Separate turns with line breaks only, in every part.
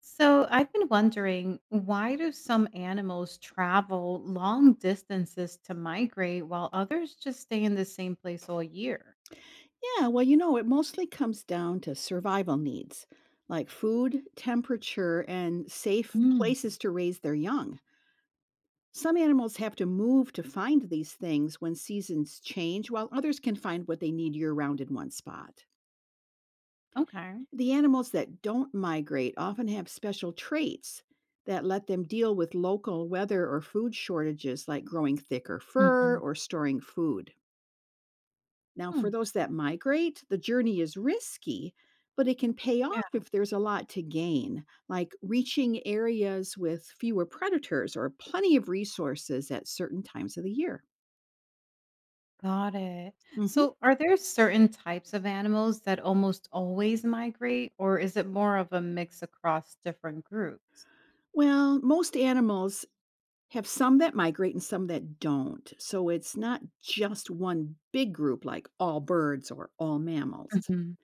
So I've been wondering, why do some animals travel long distances to migrate while others just stay in the same place all year?
Yeah, well, it mostly comes down to survival needs like food, temperature, and safe
Mm.
places to raise their young. Some animals have to move to find these things when seasons change, while others can find what they need year round in one spot.
Okay.
The animals that don't migrate often have special traits that let them deal with local weather or food shortages, like growing thicker fur
Hmm.
or storing food. Now,
Hmm.
for those that migrate, the journey is risky, but it can pay off
Yeah.
if there's a lot to gain, like reaching areas with fewer predators or plenty of resources at certain times of the year.
Got it.
Mhm.
So are there certain types of animals that almost always migrate, or is it more of a mix across different groups?
Well, most animals have some that migrate and some that don't. So it's not just one big group like all birds or all mammals.
Mhm.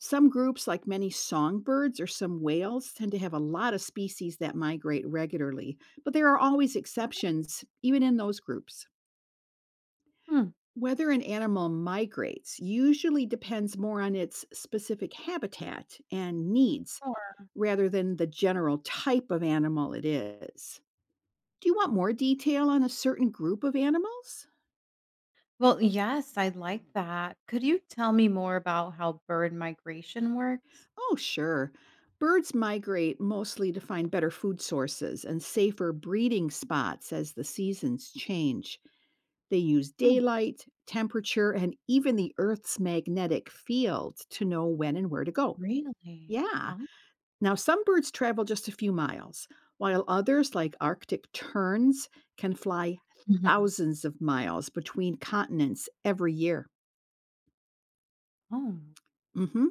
Some groups, like many songbirds or some whales, tend to have a lot of species that migrate regularly, but there are always exceptions, even in those groups.
Hmm.
Whether an animal migrates usually depends more on its specific habitat and needs
Sure.
rather than the general type of animal it is. Do you want more detail on a certain group of animals?
Well, yes, I like that. Could you tell me more about how bird migration works?
Oh, sure. Birds migrate mostly to find better food sources and safer breeding spots as the seasons change. They use daylight, temperature, and even the Earth's magnetic field to know when and where to go.
Really?
Yeah.
Oh.
Now, some birds travel just a few miles, while others, like Arctic terns, can fly
Mhm.
thousands of miles between continents every year.
Oh.
Hmm.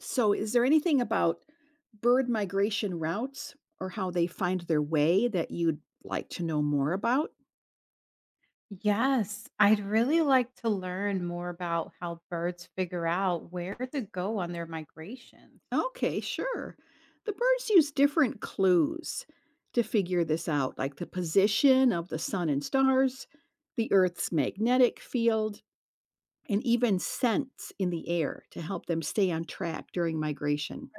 So, is there anything about bird migration routes or how they find their way that you'd like to know more about?
Yes, I'd really like to learn more about how birds figure out where to go on their migrations.
Okay, sure. The birds use different clues to figure this out, like the position of the sun and stars, the Earth's magnetic field, and even scents in the air to help them stay on track during migration.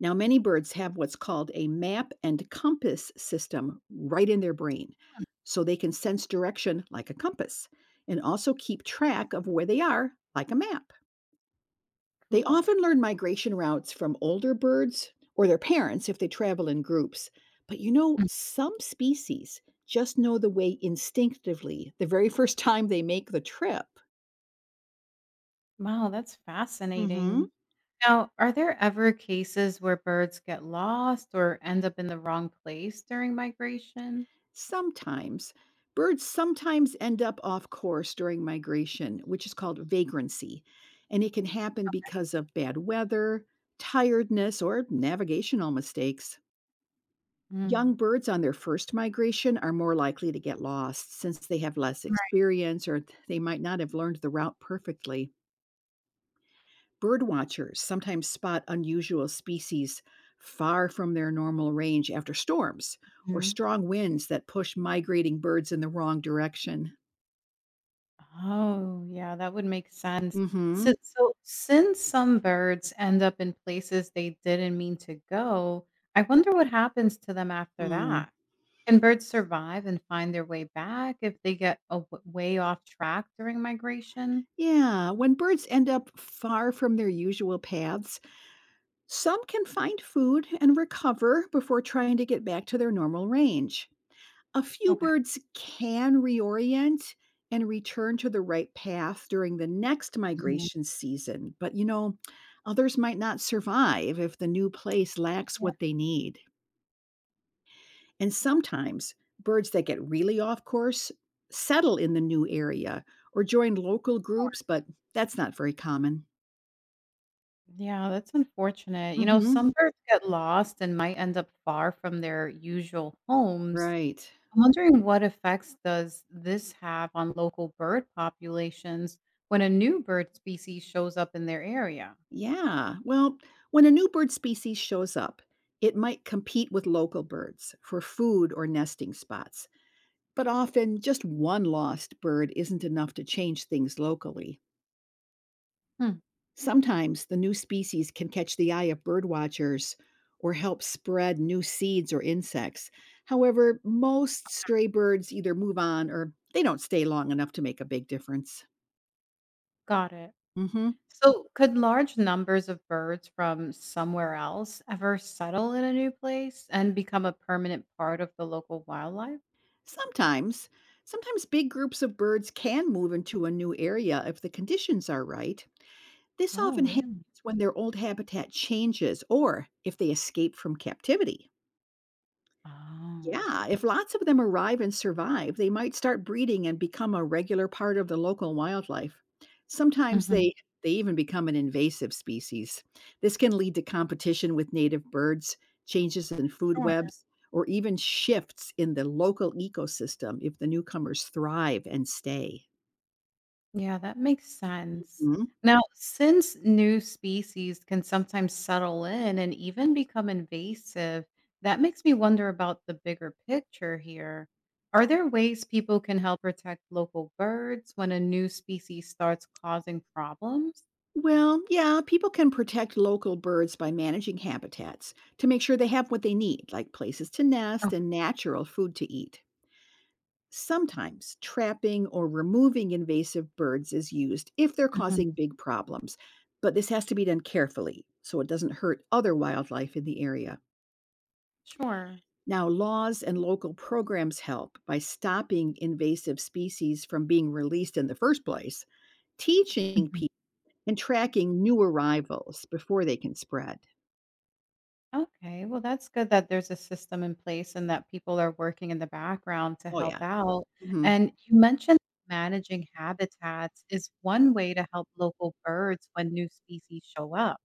Now, many birds have what's called a map and compass system right in their brain,
Mm.
so they can sense direction like a compass and also keep track of where they are like a map. They
Cool.
often learn migration routes from older birds or their parents if they travel in groups. But
Mm.
some species just know the way instinctively the very first time they make the trip.
Wow, that's
Mm hmm.
fascinating. Now, are there ever cases where birds get lost or end up in the wrong place during migration?
Sometimes. Birds sometimes end up off course during migration, which is called vagrancy, and it can happen because of bad weather, tiredness, or navigational mistakes. Young
Mm.
birds on their first migration are more likely to get lost since they have less experience or they might not have learned the route perfectly. Bird watchers sometimes spot unusual species far from their normal range after storms or
Right.
strong winds that push migrating birds in the wrong direction.
Oh, yeah, that would make sense. So
Mm-hmm.
so since some birds end up in places they didn't mean to go, I wonder what happens to them after
Mm.
that. Can birds survive and find their way back if they get a way off track during migration?
Yeah, when birds end up far from their usual paths, some can find food and recover before trying to get back to their normal range. A few
Okay.
birds can reorient and return to the right path during the next
Mhm.
migration season, but others might not survive if the new place lacks
Yeah.
what they need. And sometimes birds that get really off course settle in the new area or join local groups, but that's not very common.
Yeah, that's unfortunate. You know,
Hmm.
some birds get lost and might end up far from their usual homes.
Right.
I'm wondering, what effects does this have on local bird populations when a new bird species shows up in their area?
Yeah. Well, when a new bird species shows up, it might compete with local birds for food or nesting spots. But often, just one lost bird isn't enough to change things locally.
Hmm.
Sometimes the new species can catch the eye of birdwatchers or help spread new seeds or insects. However, most stray birds either move on or they don't stay long enough to make a big difference.
Got it.
Hmm.
So, could large numbers of birds from somewhere else ever settle in a new place and become a permanent part of the local wildlife?
Sometimes, sometimes big groups of birds can move into a new area if the conditions are right. This
Oh,
often
really?
happens when their old habitat changes or if they escape from captivity.
Oh.
Yeah, if lots of them arrive and survive, they might start breeding and become a regular part of the local wildlife. Sometimes
Mhm.
they even become an invasive species. This can lead to competition with native birds, changes in food
Sure.
webs, or even shifts in the local ecosystem if the newcomers thrive and stay.
Yeah, that makes sense.
Mhm.
Now, since new species can sometimes settle in and even become invasive, that makes me wonder about the bigger picture here. Are there ways people can help protect local birds when a new species starts causing problems?
Well, yeah, people can protect local birds by managing habitats to make sure they have what they need, like places to nest
Okay.
and natural food to eat. Sometimes trapping or removing invasive birds is used if they're causing
Mhm.
big problems, but this has to be done carefully so it doesn't hurt other wildlife in the area.
Sure.
Now, laws and local programs help by stopping invasive species from being released in the first place, teaching people and tracking new arrivals before they can spread.
Okay, well, that's good that there's a system in place and that people are working in the background to
Oh,
help
yeah.
out.
Hmm.
And you mentioned managing habitats is one way to help local birds when new species show up.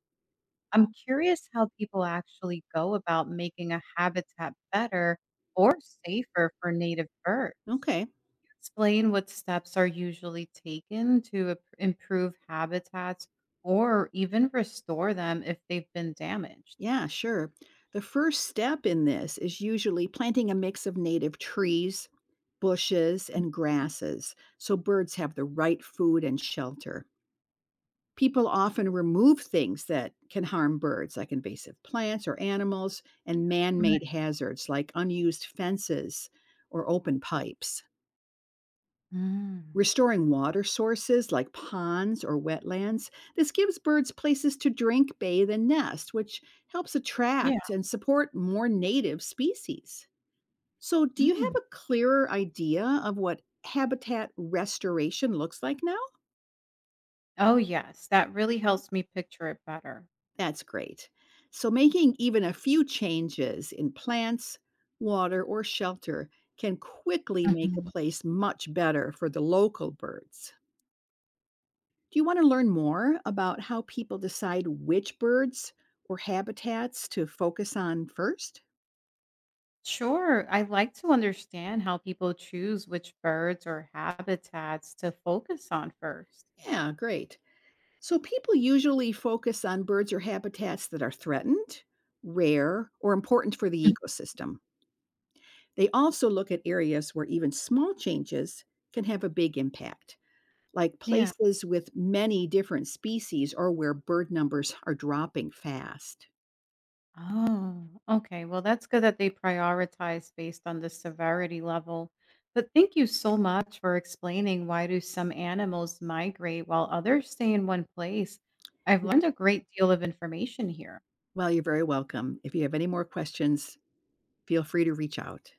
I'm curious how people actually go about making a habitat better or safer for native birds. Can
Okay.
you explain what steps are usually taken to improve habitats or even restore them if they've been damaged?
Yeah, sure. The first step in this is usually planting a mix of native trees, bushes, and grasses so birds have the right food and shelter. People often remove things that can harm birds, like invasive plants or animals, and man
Right.
made hazards like unused fences or open pipes.
Mm.
Restoring water sources like ponds or wetlands, this gives birds places to drink, bathe, and nest, which helps
Yeah.
attract and support more native species. So, do you
Mm.
have a clearer idea of what habitat restoration looks like now?
Oh, yes, that really helps me picture it better.
That's great. So, making even a few changes in plants, water, or shelter can quickly make a
Mhm.
place much better for the local birds. Do you want to learn more about how people decide which birds or habitats to focus on first?
Sure, I like to understand how people choose which birds or habitats to focus on first.
Yeah, great. So, people usually focus on birds or habitats that are threatened, rare, or important for
Mm.
the ecosystem. They also look at areas where even small changes can have a big impact, like
Yeah.
places with many different species or where bird numbers are dropping fast.
Oh, okay. Well, that's good that they prioritize based on the severity level. But thank you so much for explaining why do some animals migrate while others stay in one place. I've learned a great deal of information here.
Well, you're very welcome. If you have any more questions, feel free to reach out.